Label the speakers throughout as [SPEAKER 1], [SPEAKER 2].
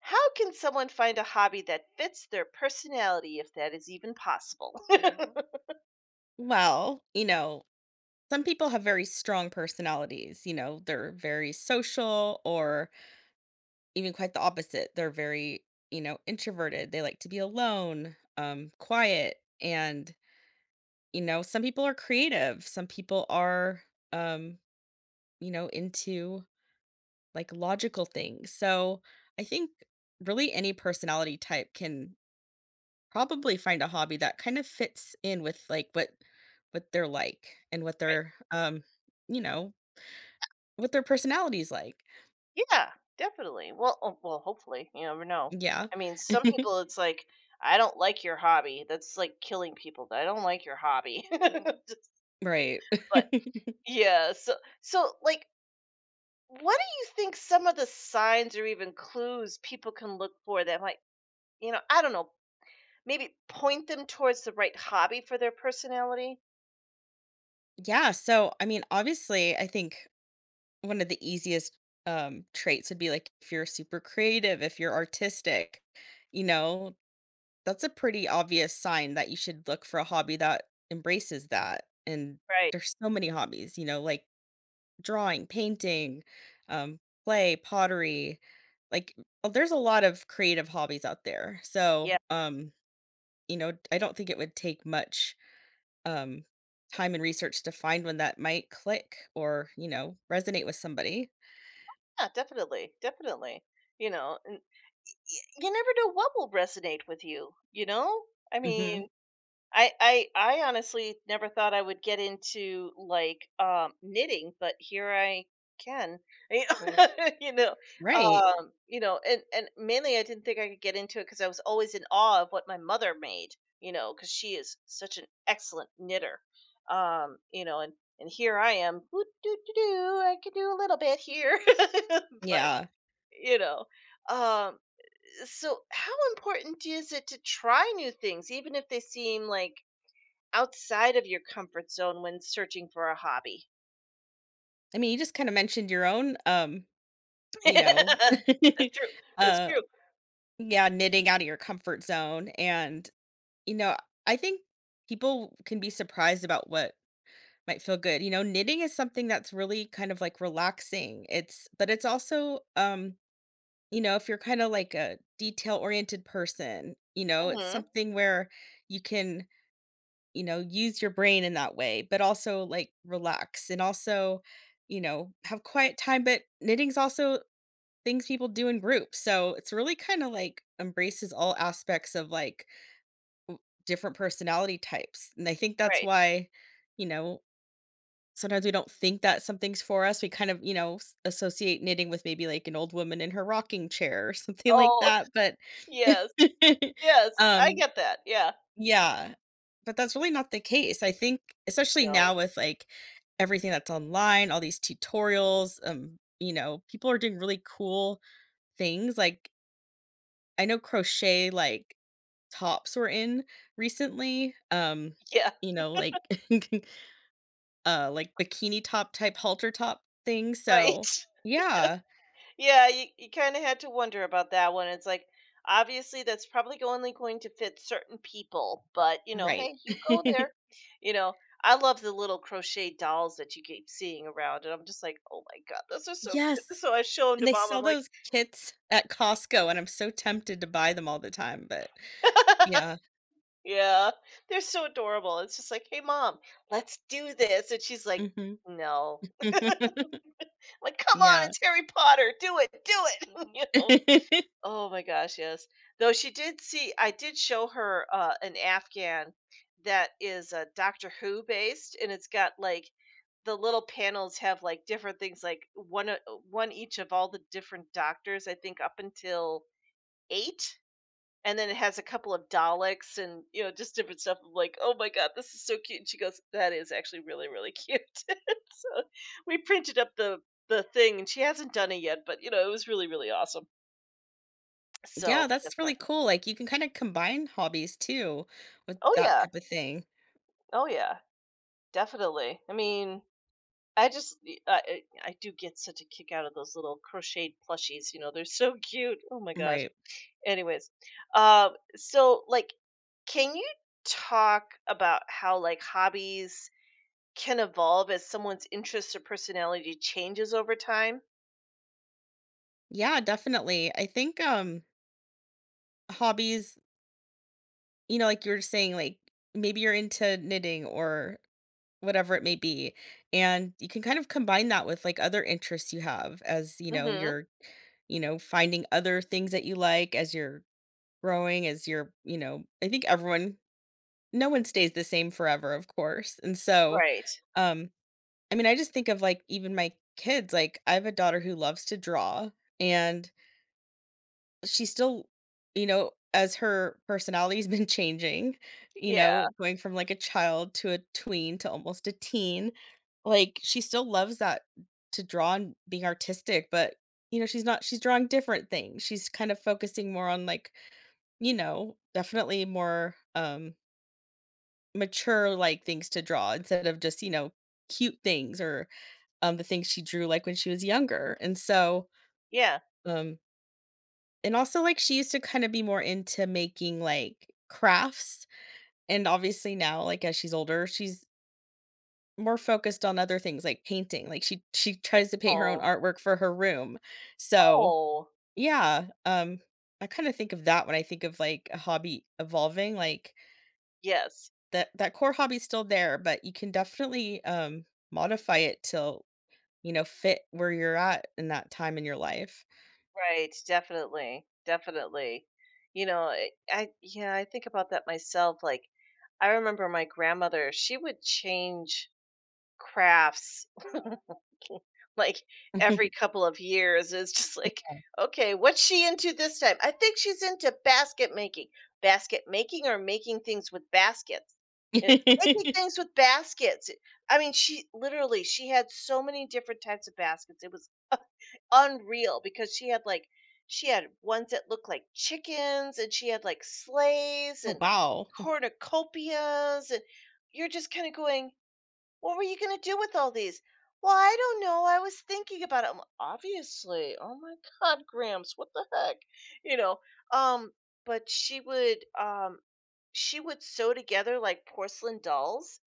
[SPEAKER 1] How can someone find a hobby that fits their personality if that is even possible?
[SPEAKER 2] Well, you know, some people have very strong personalities. You know, they're very social, or even quite the opposite. They're very, you know, introverted. They like to be alone, quiet. And, you know, some people are creative. Some people are, um, you know, into like logical things. So I think really any personality type can probably find a hobby that kind of fits in with like what they're like and what
[SPEAKER 1] Right.
[SPEAKER 2] they're you know what their personality's like.
[SPEAKER 1] Yeah, definitely. Well, oh, well, hopefully, you never know.
[SPEAKER 2] Yeah.
[SPEAKER 1] I mean, some people it's like I don't like your hobby. That's like killing people. I don't like your hobby. Just- yeah.
[SPEAKER 2] Right.
[SPEAKER 1] but yeah, so like what do you think some of the signs or even clues people can look for that might, I don't know, maybe point them towards the right hobby for their personality?
[SPEAKER 2] Yeah, so, I mean, obviously, I think one of the easiest, traits would be, like, if you're super creative, if you're artistic, you know, that's a pretty obvious sign that you should look for a hobby that embraces that, and
[SPEAKER 1] Right.
[SPEAKER 2] there's so many hobbies, you know, like drawing, painting, um, pottery, like, there's a lot of creative hobbies out there,
[SPEAKER 1] Yeah.
[SPEAKER 2] so, you know, I don't think it would take much, um, time and research to find one that might click or, you know, resonate with somebody.
[SPEAKER 1] Yeah, definitely, definitely. You know, and you never know what will resonate with you. You know, I
[SPEAKER 2] Mhm.
[SPEAKER 1] mean, I honestly never thought I would get into like knitting, but here I can. You Right. know,
[SPEAKER 2] Right.
[SPEAKER 1] and mainly I didn't think I could get into it because I was always in awe of what my mother made. You know, because she is such an excellent knitter. And here I am, "Ooh, doo, doo, doo, I can do a little bit here, but
[SPEAKER 2] Yeah.
[SPEAKER 1] you know um so how important is it to try new things even if they seem like outside of your comfort zone when searching for a hobby?
[SPEAKER 2] I mean, you just kinda mentioned your own, you know,
[SPEAKER 1] That's true. That's
[SPEAKER 2] uh,
[SPEAKER 1] true.
[SPEAKER 2] yeah, knitting out of your comfort zone, and, you know, I think people can be surprised about what might feel good, you know, knitting is something that's really kind of, like, relaxing, it's but it's also, you know, if you're kind of like a detail oriented person, you know, it's
[SPEAKER 1] Hmm.
[SPEAKER 2] something where you can, you know, use your brain in that way, but also like relax and also, you know, have quiet time. But knitting's also things people do in groups. So it's really kind of like embraces all aspects of like different personality types. And I think that's
[SPEAKER 1] Right.
[SPEAKER 2] why, you know, sometimes we don't think that something's for us. We kind of, you know, associate knitting with maybe like an old woman in her rocking chair or something like
[SPEAKER 1] Oh.
[SPEAKER 2] that, but
[SPEAKER 1] Yes. Yes, I
[SPEAKER 2] um,
[SPEAKER 1] get that. Yeah.
[SPEAKER 2] yeah, but that's really not the case. I think especially
[SPEAKER 1] No.
[SPEAKER 2] now with like everything that's online, all these tutorials, you know, people are doing really cool things. Like I know crochet like tops were in recently.
[SPEAKER 1] Yeah.
[SPEAKER 2] You know, like like bikini top type halter top thing.
[SPEAKER 1] Right.
[SPEAKER 2] So yeah,
[SPEAKER 1] Yeah, you kind of had to wonder about that one. It's like, obviously, that's probably only going to fit certain people, but you know,
[SPEAKER 2] right.
[SPEAKER 1] hey, you go there. You know, I love the little crochet dolls that you keep seeing around, and I'm just like, oh my god, those are so cute.
[SPEAKER 2] Yes.
[SPEAKER 1] So I show them
[SPEAKER 2] And
[SPEAKER 1] to
[SPEAKER 2] they
[SPEAKER 1] mom. I'm
[SPEAKER 2] sell
[SPEAKER 1] like,
[SPEAKER 2] those kits at Costco and I'm so tempted to buy them all the time, but yeah.
[SPEAKER 1] yeah, they're so adorable. It's just like, hey, mom, let's do this, and she's like,
[SPEAKER 2] Hmm.
[SPEAKER 1] no, I'm like, come on,
[SPEAKER 2] Yeah.
[SPEAKER 1] it's Harry Potter, do it, do it. you know.
[SPEAKER 2] Yeah,
[SPEAKER 1] Oh my gosh, yes. Though she did see I did show her an Afghan that is Doctor Who based, and it's got like the little panels have like different things like one each of all the different doctors I think up until 8, and then it has a couple of Daleks. And you know, just different stuff. I'm like, oh my god, this is so cute, and she goes, that is actually really really cute. So we printed up the thing, and she hasn't done it yet, but you know, it was really really awesome. So that's
[SPEAKER 2] that's
[SPEAKER 1] my
[SPEAKER 2] really cool. Like you can kind of combine hobbies too with
[SPEAKER 1] Oh
[SPEAKER 2] that
[SPEAKER 1] yeah,
[SPEAKER 2] type of thing.
[SPEAKER 1] Oh yeah, definitely. I mean, I just I do get such a kick out of those little crocheted plushies. You know, they're so cute. Oh my gosh.
[SPEAKER 2] Right.
[SPEAKER 1] Anyways, so like, can you talk about how like hobbies can evolve as someone's interests or personality changes over time?
[SPEAKER 2] Yeah, definitely. I think hobbies, you know, like you were saying, like maybe you're into knitting or whatever it may be. And you can kind of combine that with like other interests you have as, you know,
[SPEAKER 1] Mm-hmm.
[SPEAKER 2] you know, finding other things that you like as you're growing, as you're, you know, I think everyone, no one stays the same forever, of course. And so,
[SPEAKER 1] Right.
[SPEAKER 2] um, I mean, I just think of like even my kids, like I have a daughter who loves to draw and she still you know, as her personality's been changing, you
[SPEAKER 1] Yeah.
[SPEAKER 2] know, going from, like, a child to a tween to almost a teen, like, she still loves that to draw and being artistic, but, you know, she's not she's drawing different things. She's kind of focusing more on, like, you know, definitely more, mature, like, things to draw instead of just, you know, cute things or, the things she drew, like, when she was younger, and so,
[SPEAKER 1] Yeah.
[SPEAKER 2] um and also, like, she used to kind of be more into making, like, crafts, and obviously now, like, as she's older, she's more focused on other things like painting, like, she tries to paint her own
[SPEAKER 1] Oh.
[SPEAKER 2] artwork for her room. So,
[SPEAKER 1] Oh.
[SPEAKER 2] yeah, I kinda think of that when I think of, like, a hobby evolving, like,
[SPEAKER 1] Yes.
[SPEAKER 2] that core hobby's still there, but you can definitely, modify it to, you know, fit where you're at in that time in your life.
[SPEAKER 1] Right, definitely, definitely. You know, I yeah, I think about that myself. Like, I remember my grandmother; she would change crafts like every couple of years. It's just like, okay, what's she into this time? I think she's into basket making, or making things with baskets. Eh, making things with baskets. I mean, she had so many different types of baskets. It was unreal because she had ones that looked like chickens, and she had like sleighs
[SPEAKER 2] Oh,
[SPEAKER 1] and
[SPEAKER 2] wow.
[SPEAKER 1] cornucopias. And you're just kind of going, what were you going to do with all these? Well, I don't know. I was thinking about it. I'm like, obviously, oh my god, gramps, what the heck, you know. Um but she would sew together like porcelain dolls,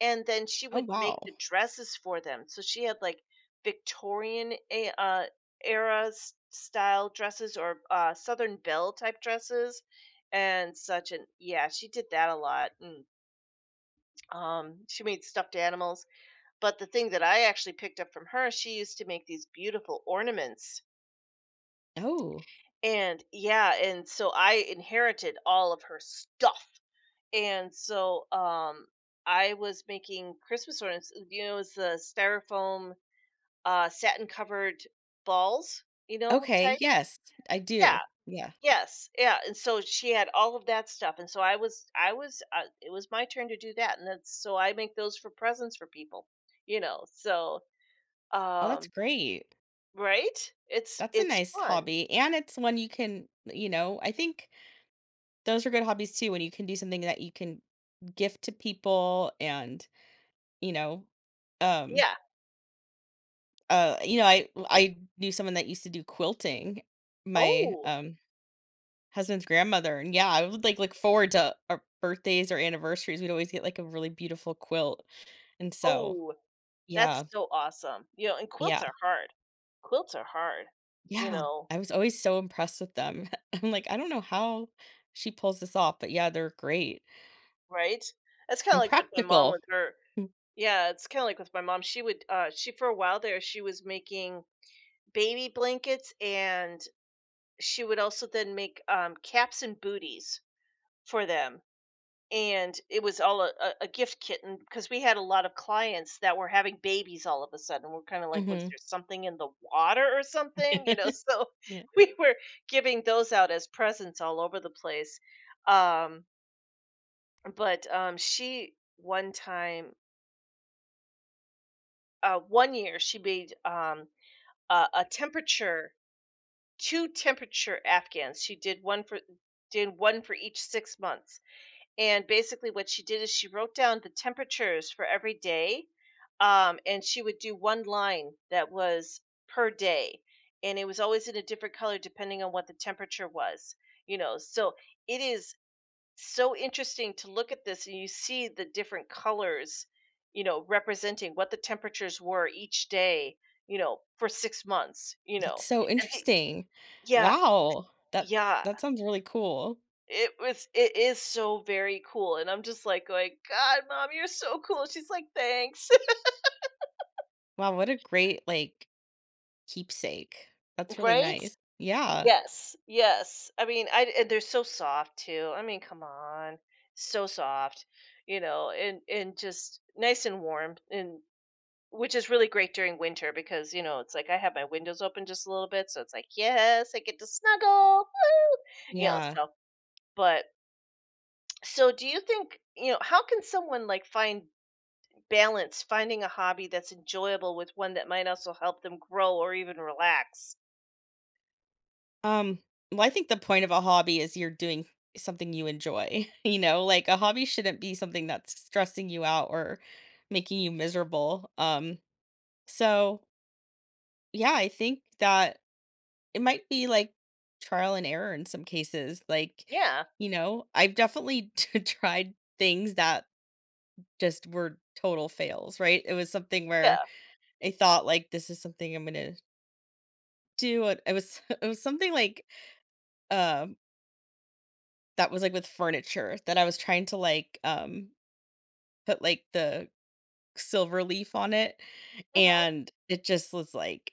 [SPEAKER 1] and then she
[SPEAKER 2] Oh,
[SPEAKER 1] would make
[SPEAKER 2] wow.
[SPEAKER 1] the dresses for them. So she had like Victorian a era style dresses or Southern Belle type dresses and such. And yeah, she did that a lot. And she made stuffed animals. But the thing that I actually picked up from her, she used to make these beautiful ornaments.
[SPEAKER 2] Oh.
[SPEAKER 1] And yeah, and so I inherited all of her stuff. And so I was making Christmas ornaments. You know, it was the styrofoam, satin covered balls, you know,
[SPEAKER 2] Okay,
[SPEAKER 1] type.
[SPEAKER 2] yes, I
[SPEAKER 1] Yeah.
[SPEAKER 2] do. Yeah.
[SPEAKER 1] Yes. Yeah. And so she had all of that stuff, and so it was my turn to do that, and that's so I make those for presents for people, you know. So,
[SPEAKER 2] Oh, that's
[SPEAKER 1] um,
[SPEAKER 2] great.
[SPEAKER 1] right?
[SPEAKER 2] That's a
[SPEAKER 1] It's
[SPEAKER 2] nice
[SPEAKER 1] fun.
[SPEAKER 2] hobby, and it's one you can you know, I think those are good hobbies too when you can do something that you can gift to people and, you know, um,
[SPEAKER 1] Yeah.
[SPEAKER 2] you know, I knew someone that used to do quilting, my,
[SPEAKER 1] Oh,
[SPEAKER 2] husband's grandmother, and yeah, I would, like, look forward to our birthdays or anniversaries, we'd always get, like, a really beautiful quilt, and so
[SPEAKER 1] oh, that's
[SPEAKER 2] yeah,
[SPEAKER 1] so awesome. You know, and quilts
[SPEAKER 2] yeah.
[SPEAKER 1] are hard. Quilts are hard. You
[SPEAKER 2] Yeah,
[SPEAKER 1] know,
[SPEAKER 2] I was always so impressed with them. I'm like, "I don't know how she pulls this off, but yeah, they're great
[SPEAKER 1] right? That's kind of
[SPEAKER 2] and
[SPEAKER 1] like what my mom
[SPEAKER 2] practical."
[SPEAKER 1] with her
[SPEAKER 2] Mm.
[SPEAKER 1] Yeah, it's kinda like with my mom, she would, she for a while there, she was making baby blankets, and she would also then make, caps and booties for them, and it was all a gift kitten because we had a lot of clients that were having babies all of a sudden. We're kinda like, "Was
[SPEAKER 2] Mhm.
[SPEAKER 1] there something in the water or something?" You know, so
[SPEAKER 2] Yeah.
[SPEAKER 1] we were giving those out as presents all over the place, um, but, she one time 1 year, she made, um, a temperature two temperature afghans. She did one for each 6 months. And basically what she did is she wrote down the temperatures for every day, and she would do one line that was per day, and it was always in a different color depending on what the temperature was, you know. So it is so interesting to look at this, and you see the different colors, you know, representing what the temperatures were each day, you know, for 6 months, you
[SPEAKER 2] That's
[SPEAKER 1] know.
[SPEAKER 2] so
[SPEAKER 1] And the,
[SPEAKER 2] interesting.
[SPEAKER 1] yeah,
[SPEAKER 2] Wow.
[SPEAKER 1] yeah,
[SPEAKER 2] That sounds really cool.
[SPEAKER 1] it was, it is so very cool. And I'm just like going, god, mom, you're so cool. And she's like, thanks.
[SPEAKER 2] Wow, what a great like keepsake. That's really
[SPEAKER 1] Right.
[SPEAKER 2] nice. Yeah.
[SPEAKER 1] Yes, yes, I mean, I and they're so soft too. I mean, come on, so soft, you know. And just nice and warm. And which is really great during winter because, you know, it's like I have my windows open just a little bit, so it's like, "Yes, I get to snuggle. Woo!" You know,
[SPEAKER 2] Yeah.
[SPEAKER 1] so but so do you think, you know, how can someone, like, find balance finding a hobby that's enjoyable with one that might also help them grow or even relax?
[SPEAKER 2] Um well I think the point of a hobby is you're doing something you enjoy. You know, like a hobby shouldn't be something that's stressing you out or making you miserable. So yeah, I think that it might be like trial and error in some cases. Like,
[SPEAKER 1] Yeah,
[SPEAKER 2] you know, I've definitely tried things that just were total fails, right? It was something
[SPEAKER 1] yeah,
[SPEAKER 2] where I thought like this is something I'm gonna do. It was it was something like um that was like with furniture that I was trying to like put like the silver leaf on it
[SPEAKER 1] mhm.
[SPEAKER 2] and it just was like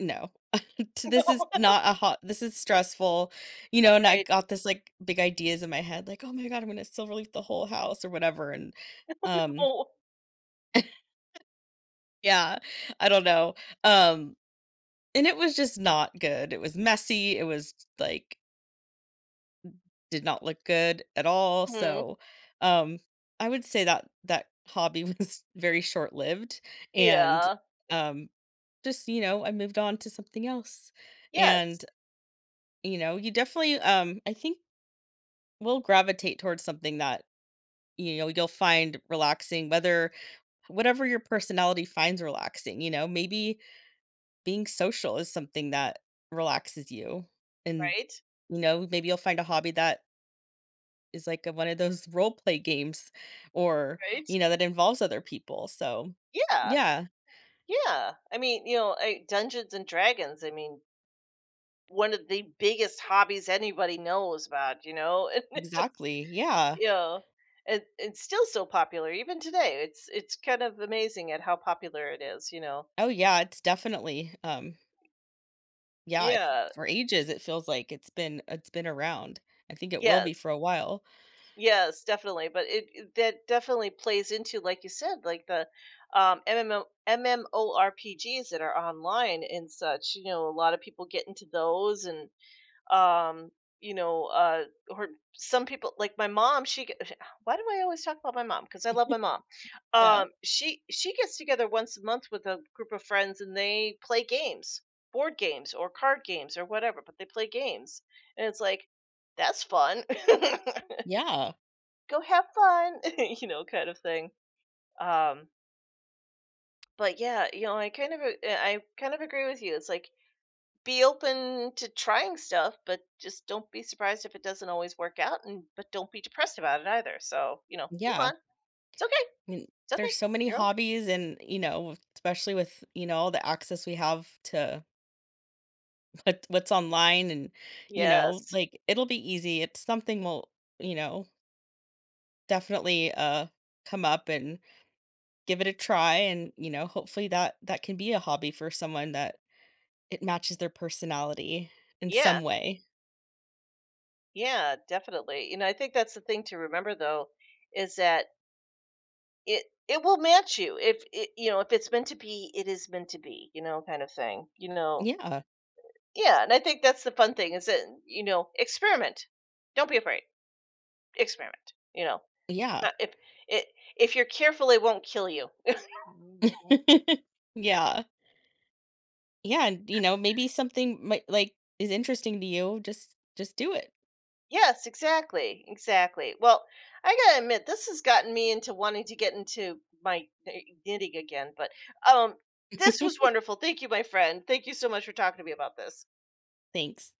[SPEAKER 2] no, this is not a hot this is stressful, you know, and I
[SPEAKER 1] Right.
[SPEAKER 2] got this like big ideas in my head like, oh my god, I'm gonna silver leaf the whole house or whatever, and um
[SPEAKER 1] Oh.
[SPEAKER 2] yeah, I don't know. um And it was just not good. It was messy, it was, like, did not look good at all,
[SPEAKER 1] Mhm.
[SPEAKER 2] so, um, I would say that that hobby was very short-lived and,
[SPEAKER 1] Yeah.
[SPEAKER 2] um, just, you know, I moved on to something else, and,
[SPEAKER 1] Yes.
[SPEAKER 2] you know, you definitely, I think will gravitate towards something that, you know, you'll find relaxing, whether whatever your personality finds relaxing, you know, maybe being social is something that relaxes you and
[SPEAKER 1] Right,
[SPEAKER 2] you know, maybe you'll find a hobby that is like one of those role play games or,
[SPEAKER 1] right.
[SPEAKER 2] you know, that involves other people. So,
[SPEAKER 1] Yeah,
[SPEAKER 2] yeah,
[SPEAKER 1] yeah. I mean, you know, I Dungeons& and Dragons, I mean, one of the biggest hobbies anybody knows about, you know? And it just
[SPEAKER 2] exactly. Yeah.
[SPEAKER 1] yeah. And it's still so popular even today. It's kind of amazing at how popular it is, you know?
[SPEAKER 2] Oh yeah, it's definitely yeah, if,
[SPEAKER 1] Yeah.
[SPEAKER 2] for ages it feels like it's been around. I think it will be
[SPEAKER 1] Yes.
[SPEAKER 2] for a while.
[SPEAKER 1] Yes, definitely. But that definitely plays into, like you said, like the MMO, MMORPGs that are online and such. You know, a lot of people get into those, and um, you know, or some people like my mom why do I always talk about my mom? Because I love my mom.
[SPEAKER 2] Yeah.
[SPEAKER 1] She gets together once a month with a group of friends, and they play games, board games or card games or whatever, but they play games. And it's like, that's fun.
[SPEAKER 2] Yeah.
[SPEAKER 1] Go have fun. You know, kind of thing. Um, but yeah, you know, I kind of agree with you. It's like, be open to trying stuff, but just don't be surprised if it doesn't always work out, and but don't be depressed about it either. So, you know, move
[SPEAKER 2] Yeah.
[SPEAKER 1] on. It's okay.
[SPEAKER 2] I mean,
[SPEAKER 1] It's okay.
[SPEAKER 2] there's so many
[SPEAKER 1] You're okay.
[SPEAKER 2] hobbies and, you know, especially with, you know, all the access we have to what's online and, you know,
[SPEAKER 1] Yes.
[SPEAKER 2] like it'll be easy. It's something we'll, you know, definitely come up and give it a try and you know hopefully that can be a hobby for someone that it matches their personality in
[SPEAKER 1] Yeah.
[SPEAKER 2] some way.
[SPEAKER 1] Yeah, definitely. You know, I think that's the thing to remember though, is that it will match you. If it you know, if it's meant to be, it is meant to be, you know, kind of thing. You know.
[SPEAKER 2] Yeah.
[SPEAKER 1] Yeah. And I think that's the fun thing is that, you know, experiment. Don't be afraid. Experiment. You know.
[SPEAKER 2] Yeah.
[SPEAKER 1] Not if it if you're careful it won't kill you. Mhm.
[SPEAKER 2] Yeah. Yeah, and you know maybe something might like is interesting to you, just do it.
[SPEAKER 1] Yes, exactly, exactly. Well, I gotta admit, this has gotten me into wanting to get into my knitting again. But um, this was wonderful. Thank you, my friend. Thank you so much for talking to me about this.
[SPEAKER 2] Thanks.